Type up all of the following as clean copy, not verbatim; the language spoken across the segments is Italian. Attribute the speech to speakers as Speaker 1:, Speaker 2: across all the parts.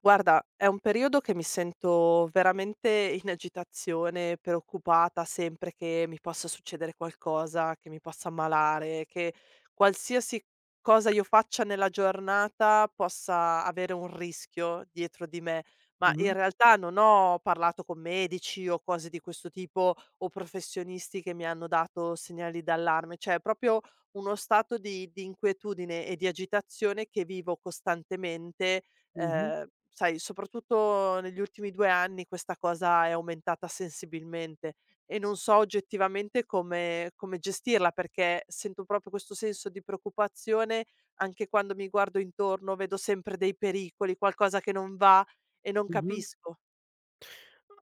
Speaker 1: Guarda, è un periodo che mi sento veramente in agitazione, preoccupata sempre che mi possa succedere qualcosa, che mi possa ammalare, che qualsiasi cosa io faccia nella giornata possa avere un rischio dietro di me. Ma in
Speaker 2: Mh-mh,
Speaker 1: realtà non ho parlato con medici o cose di questo tipo o professionisti che mi hanno dato segnali d'allarme, cioè è proprio uno stato di inquietudine e di agitazione che vivo costantemente.
Speaker 2: mh-mh,
Speaker 1: Ehm, Sai, soprattutto negli ultimi 2 anni questa cosa è aumentata sensibilmente e non so oggettivamente come gestirla, perché sento proprio questo senso di preoccupazione anche quando mi guardo intorno, vedo sempre dei pericoli, qualcosa che non va e non
Speaker 2: mh-mh.
Speaker 1: capisco.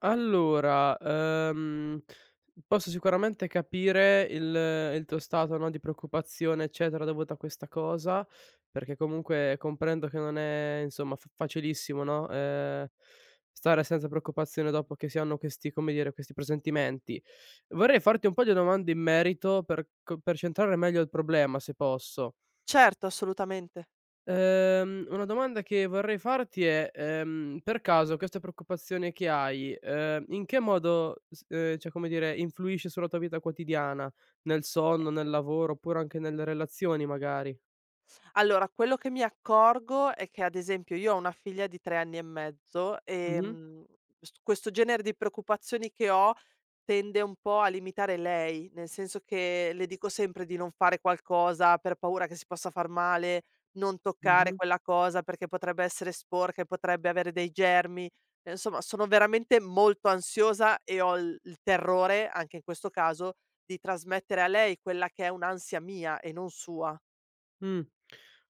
Speaker 2: Allora, posso sicuramente capire il tuo stato, no, di preoccupazione, eccetera, dovuto a questa cosa, perché comunque comprendo che non è insomma fa facilissimo, no, stare senza preoccupazione dopo che si hanno questi, come dire, questi presentimenti. Vorrei farti un po' di domande in merito per centrare meglio il problema, se posso.
Speaker 1: Certo, assolutamente.
Speaker 2: Una domanda che vorrei farti è, per caso questa preoccupazione che hai, in che modo s cioè come dire, influisce sulla tua vita quotidiana? Nel sonno, nel lavoro, oppure anche nelle relazioni magari?
Speaker 1: Allora, quello che mi accorgo è che, ad esempio, io ho una figlia di 3 anni e mezzo,
Speaker 2: Mh-mh.
Speaker 1: s questo genere di preoccupazioni che ho tende un po' a limitare lei, nel senso che le dico sempre di non fare qualcosa per paura che si possa far male, non toccare
Speaker 2: Mh-mh.
Speaker 1: quella cosa perché potrebbe essere sporca e potrebbe avere dei germi. Insomma, sono veramente molto ansiosa e ho il terrore, anche in questo caso, di trasmettere a lei quella che è un'ansia mia e non sua.
Speaker 2: Mh.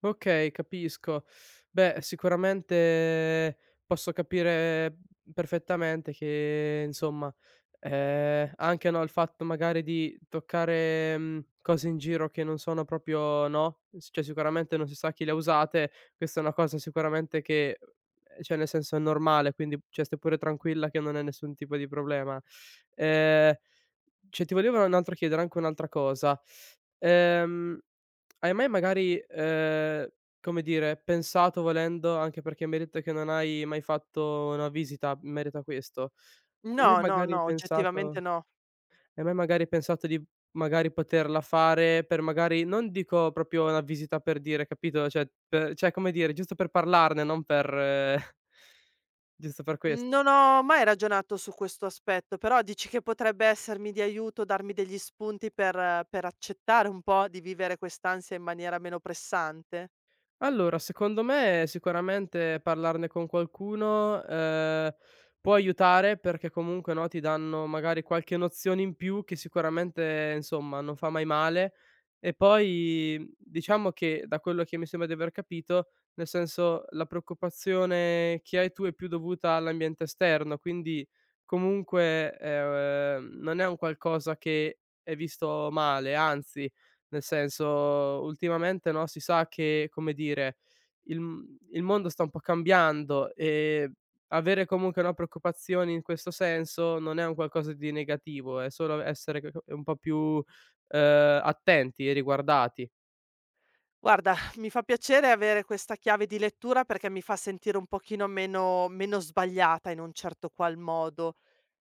Speaker 2: Okay, capisco. Beh, sicuramente posso capire perfettamente che insomma, anche, no, il fatto magari di toccare, cose in giro che non sono proprio no, s cioè sicuramente non si sa chi le ha usate, questa è una cosa sicuramente che cioè nel senso è normale, quindi cioè stai pure tranquilla che non è nessun tipo di problema. Ehm, cioè ti volevo un altro chiedere anche un'altra cosa. Ehm Hai mai magari, come dire, pensato volendo, anche perché mi hai detto che non hai mai fatto una visita in merito a questo, hai mai
Speaker 1: No, no,
Speaker 2: magari
Speaker 1: no,
Speaker 2: pensato
Speaker 1: oggettivamente no.
Speaker 2: hai mai magari pensato di magari poterla fare per magari non dico proprio una visita per dire, capito, cioè come dire, giusto per parlarne, non per giusto per ques.
Speaker 1: Non ho mai ragionato su questo aspetto, però dici che potrebbe essermi di aiuto, darmi degli spunti per accettare un po' di vivere quest'ansia in maniera meno pressante?
Speaker 2: Allora, secondo me sicuramente parlarne con qualcuno, può aiutare perché comunque, no, ti danno magari qualche nozione in più che sicuramente, insomma, non fa mai male. E poi diciamo che, da quello che mi sembra di aver capito, nel senso, la preoccupazione che hai tu è più dovuta all'ambiente esterno, quindi comunque, non è un qualcosa che è visto male, anzi nel senso, ultimamente, no, si sa che, come dire, il mondo sta un po' cambiando e avere comunque, no, preoccupazioni in questo senso non è un qualcosa di negativo, è solo essere c un po' più, attenti e riguardati.
Speaker 1: Guarda, mi fa piacere avere questa chiave di lettura perché mi fa sentire un pochino meno sbagliata in un certo qual modo.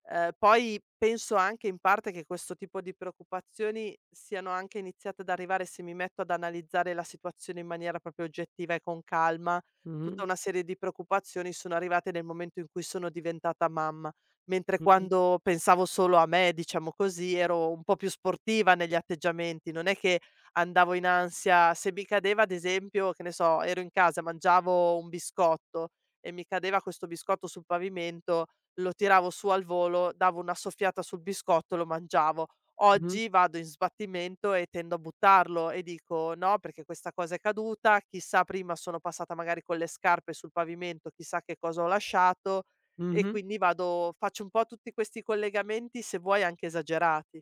Speaker 1: Poi penso anche in parte che questo tipo di preoccupazioni siano anche iniziate ad arrivare, se mi metto ad analizzare la situazione in maniera proprio oggettiva e con calma,
Speaker 2: Mh-mh,
Speaker 1: tutta una serie di preoccupazioni sono arrivate nel momento in cui sono diventata mamma, mentre
Speaker 2: mh-mh,
Speaker 1: quando pensavo solo a me, diciamo così, ero un po' più sportiva negli atteggiamenti. Non è che andavo in ansia se mi cadeva, ad esempio, che ne so, ero in casa, mangiavo un biscotto e mi cadeva questo biscotto sul pavimento, lo tiravo su al volo, davo una soffiata sul biscotto, lo mangiavo.
Speaker 2: mh-mh,
Speaker 1: Oggi vado in sbattimento e tendo a buttarlo e dico: "No, perché questa cosa è caduta, chissà prima sono passata magari con le scarpe sul pavimento, chissà che cosa ho lasciato". E
Speaker 2: mh-mh.
Speaker 1: quindi vado, faccio un po' tutti questi collegamenti, se vuoi anche esagerati.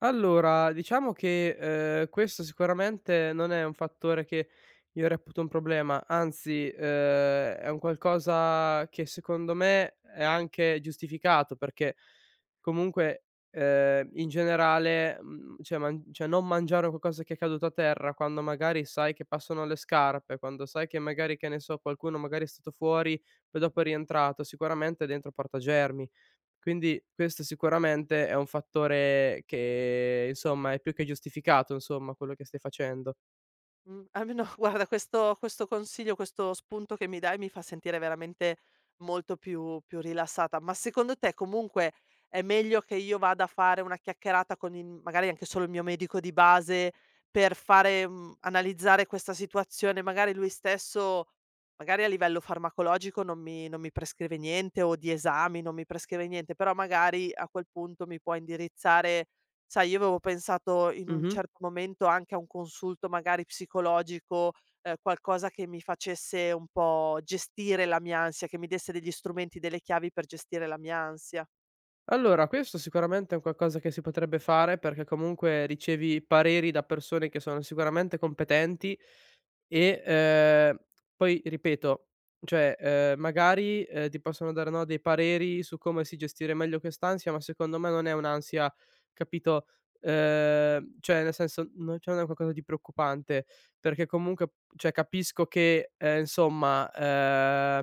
Speaker 2: Allora, diciamo che, questo sicuramente non è un fattore che io reputo un problema, anzi, è un qualcosa che secondo me è anche giustificato, perché comunque, in generale, cioè non mangiare qualcosa che è caduto a terra quando magari sai che passano le scarpe, quando sai che magari, che ne so, qualcuno magari è stato fuori, poi dopo è rientrato, sicuramente dentro porta germi. Quindi questo sicuramente è un fattore che, insomma, è più che giustificato, insomma, quello che stai facendo.
Speaker 1: Almeno guarda questo consiglio, questo spunto che mi dai mi fa sentire veramente molto più rilassata. Ma secondo te comunque è meglio che io vada a fare una chiacchierata con il, magari anche solo il mio medico di base, per fare, mhmm, analizzare questa situazione? Magari lui stesso, magari a livello farmacologico non mi prescrive niente o di esami non mi prescrive niente, però magari a quel punto mi può indirizzare. Sai, io avevo pensato in un
Speaker 2: Mh-mh.
Speaker 1: certo momento anche a un consulto magari psicologico, qualcosa che mi facesse un po' gestire la mia ansia, che mi desse degli strumenti, delle chiavi per gestire la mia ansia.
Speaker 2: Allora, questo sicuramente è un qualcosa che si potrebbe fare, perché comunque ricevi pareri da persone che sono sicuramente competenti e, poi ripeto, cioè, magari, ti possono dare, no, dei pareri su come sì gestire meglio quest'ansia, ma secondo me non è un'ansia, capito, cioè nel senso non cioè non è qualcosa di preoccupante, perché comunque cioè capisco che, insomma,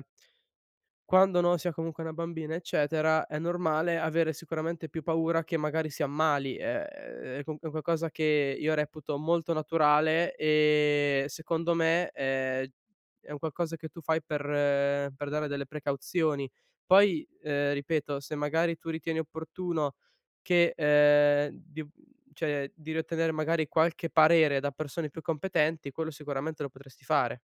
Speaker 2: quando no, sia comunque una bambina, eccetera, è normale avere sicuramente più paura che magari si ammali, è un qualcosa che io reputo molto naturale e secondo me, è un qualcosa che tu fai per dare delle precauzioni. Poi, ripeto, se magari tu ritieni opportuno che, di ob cioè di ottenere magari qualche parere da persone più competenti, quello sicuramente lo potresti fare.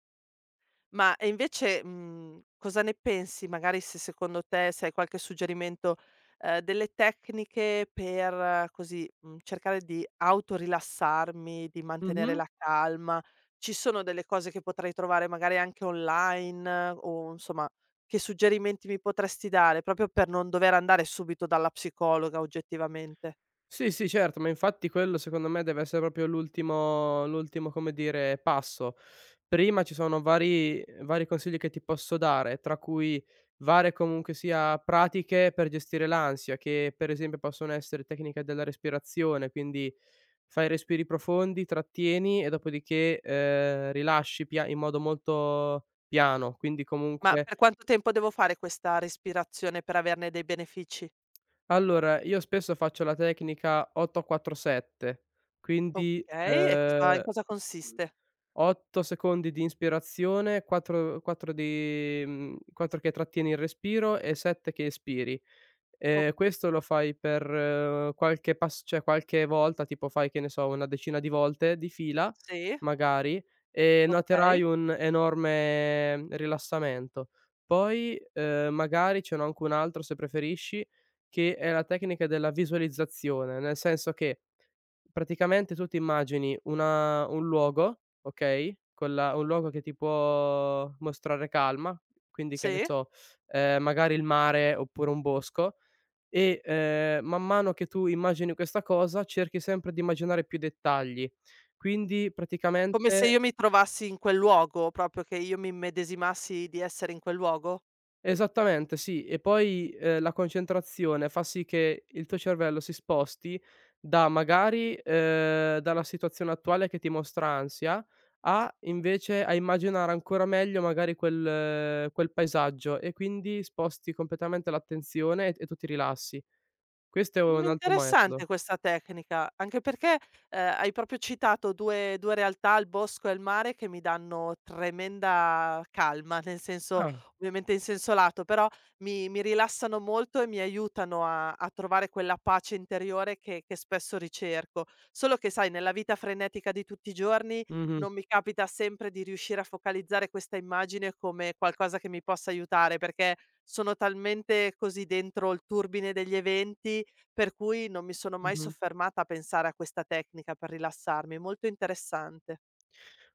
Speaker 1: Ma e invece, mhmm, cosa ne pensi? Magari se secondo te, se hai qualche suggerimento, delle tecniche per così, mhmm, cercare di autorilassarmi, di mantenere
Speaker 2: Mh-mh.
Speaker 1: la calma. Ci sono delle cose che potrei trovare magari anche online, o insomma, che suggerimenti mi potresti dare proprio per non dover andare subito dalla psicologa oggettivamente?
Speaker 2: Sì, sì, certo, ma infatti quello secondo me deve essere proprio l'ultimo, come dire, passo. Prima ci sono vari consigli che ti posso dare, tra cui varie comunque sia pratiche per gestire l'ansia, che per esempio possono essere tecniche della respirazione, quindi fai respiri profondi, trattieni e dopodiché, rilasci pia in modo molto piano, quindi
Speaker 1: Ma
Speaker 2: comunque
Speaker 1: per quanto tempo devo fare questa respirazione per averne dei benefici?
Speaker 2: allora, io spesso faccio la tecnica 8, 4, 7, quindi,
Speaker 1: Okay, e cosa
Speaker 2: Mh.
Speaker 1: consiste?
Speaker 2: 8 secondi di inspirazione, 4 di 4 che trattieni il respiro e 7 che espiri.
Speaker 1: O
Speaker 2: Questo lo fai per qualche pas cioè qualche volta, tipo fai, che ne so, una decina di volte di fila,
Speaker 1: Sì,
Speaker 2: magari, e
Speaker 1: okay,
Speaker 2: noterai un enorme rilassamento. Poi, magari ce n'ho anche un altro, se preferisci, che è la tecnica della visualizzazione, nel senso che praticamente tu ti immagini una un luogo, okay, con la un luogo che ti può mostrare calma, quindi, che ne
Speaker 1: sì.
Speaker 2: so, magari il mare oppure un bosco e, man mano che tu immagini questa cosa, cerchi sempre di immaginare più dettagli. Quindi
Speaker 1: Come se io
Speaker 2: praticamente.
Speaker 1: mi trovassi in quel luogo, proprio che io mi immedesimassi di essere in quel luogo?
Speaker 2: Esattamente, sì. E poi, la concentrazione fa sì che il tuo cervello si sposti da magari, dalla situazione attuale che ti mostra ansia, a invece a immaginare ancora meglio magari quel paesaggio e quindi sposti completamente l'attenzione e tu ti rilassi. Questo è
Speaker 1: Mhmm,
Speaker 2: un altro metodo.
Speaker 1: interessante questa tecnica, anche perché, hai proprio citato 2 realtà, il bosco e il mare, che mi danno tremenda calma, nel senso,
Speaker 2: Ah.
Speaker 1: ovviamente in senso lato, però mi rilassano molto e mi aiutano a trovare quella pace interiore che spesso ricerco. Solo che sai, nella vita frenetica di tutti i giorni,
Speaker 2: Mh-mh,
Speaker 1: non mi capita sempre di riuscire a focalizzare questa immagine come qualcosa che mi possa aiutare, perché sono talmente così dentro il turbine degli eventi, per cui non mi sono mai
Speaker 2: mh-mh.
Speaker 1: soffermata a pensare a questa tecnica per rilassarmi, molto interessante.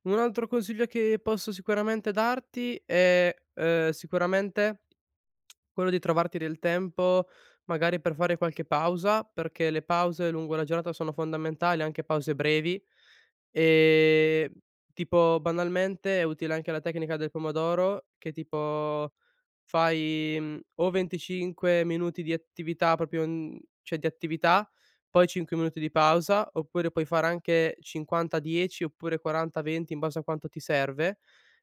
Speaker 2: Un altro consiglio che posso sicuramente darti è, sicuramente quello di trovarti del tempo, magari per fare qualche pausa, perché le pause lungo la giornata sono fondamentali, anche pause brevi. Ehm, tipo banalmente è utile anche la tecnica del pomodoro che tipo fai, o 25 minuti di attività proprio n cioè di attività, poi 5 minuti di pausa, oppure puoi fare anche 50-10 oppure 40-20 in base a quanto ti serve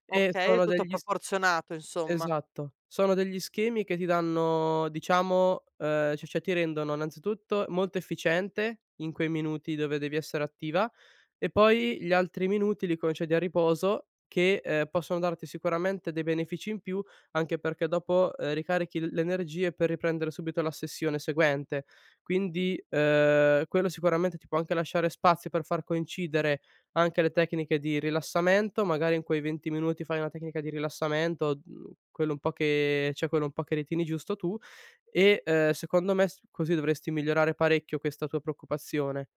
Speaker 2: e
Speaker 1: Okay, è
Speaker 2: sono
Speaker 1: tutto
Speaker 2: degli s.
Speaker 1: proporzionato insomma.
Speaker 2: Esatto. Sono degli schemi che ti danno diciamo, cioè ti rendono innanzitutto molto efficiente in quei minuti dove devi essere attiva e poi gli altri minuti li concedi a riposo che, possono darti sicuramente dei benefici in più, anche perché dopo, ricarichi l le energie per riprendere subito la sessione seguente. Quindi, quello sicuramente ti può anche lasciare spazio per far coincidere anche le tecniche di rilassamento, magari in quei 20 minuti fai una tecnica di rilassamento, quello un po' che cioè quello un po' che ritieni giusto tu e, secondo me s così dovresti migliorare parecchio questa tua preoccupazione.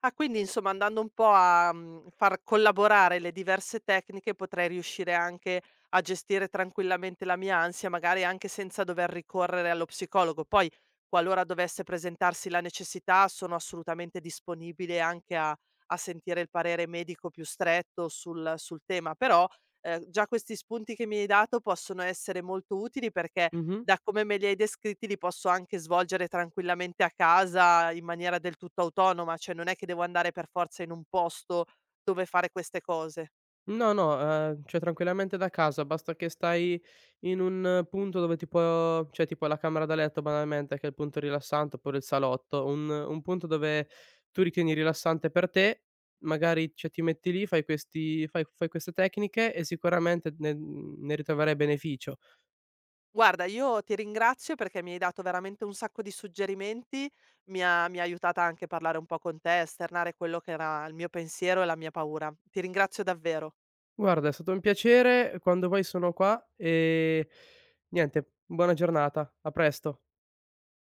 Speaker 1: Ah, quindi insomma andando un po' a, mhmm, far collaborare le diverse tecniche potrei riuscire anche a gestire tranquillamente la mia ansia, magari anche senza dover ricorrere allo psicologo. Poi, qualora dovesse presentarsi la necessità, sono assolutamente disponibile anche a sentire il parere medico più stretto sul tema, però, già questi spunti che mi hai dato possono essere molto utili perché,
Speaker 2: Mh-mh.
Speaker 1: da come me li hai descritti, li posso anche svolgere tranquillamente a casa in maniera del tutto autonoma, cioè non è che devo andare per forza in un posto dove fare queste cose.
Speaker 2: No, no, cioè tranquillamente da casa, basta che stai in un punto dove tipo la camera da letto banalmente, che è il punto rilassante, oppure il salotto, un punto dove tu ritieni rilassante per te, magari cioè ti metti lì, fai questi fai fai queste tecniche e sicuramente ne ritroverai beneficio.
Speaker 1: Guarda, io ti ringrazio perché mi hai dato veramente un sacco di suggerimenti, mi ha aiutata anche a parlare un po' con te, esternare quello che era il mio pensiero e la mia paura. Ti ringrazio davvero.
Speaker 2: Guarda, è stato un piacere, quando vuoi sono qua e niente, buona giornata. A presto.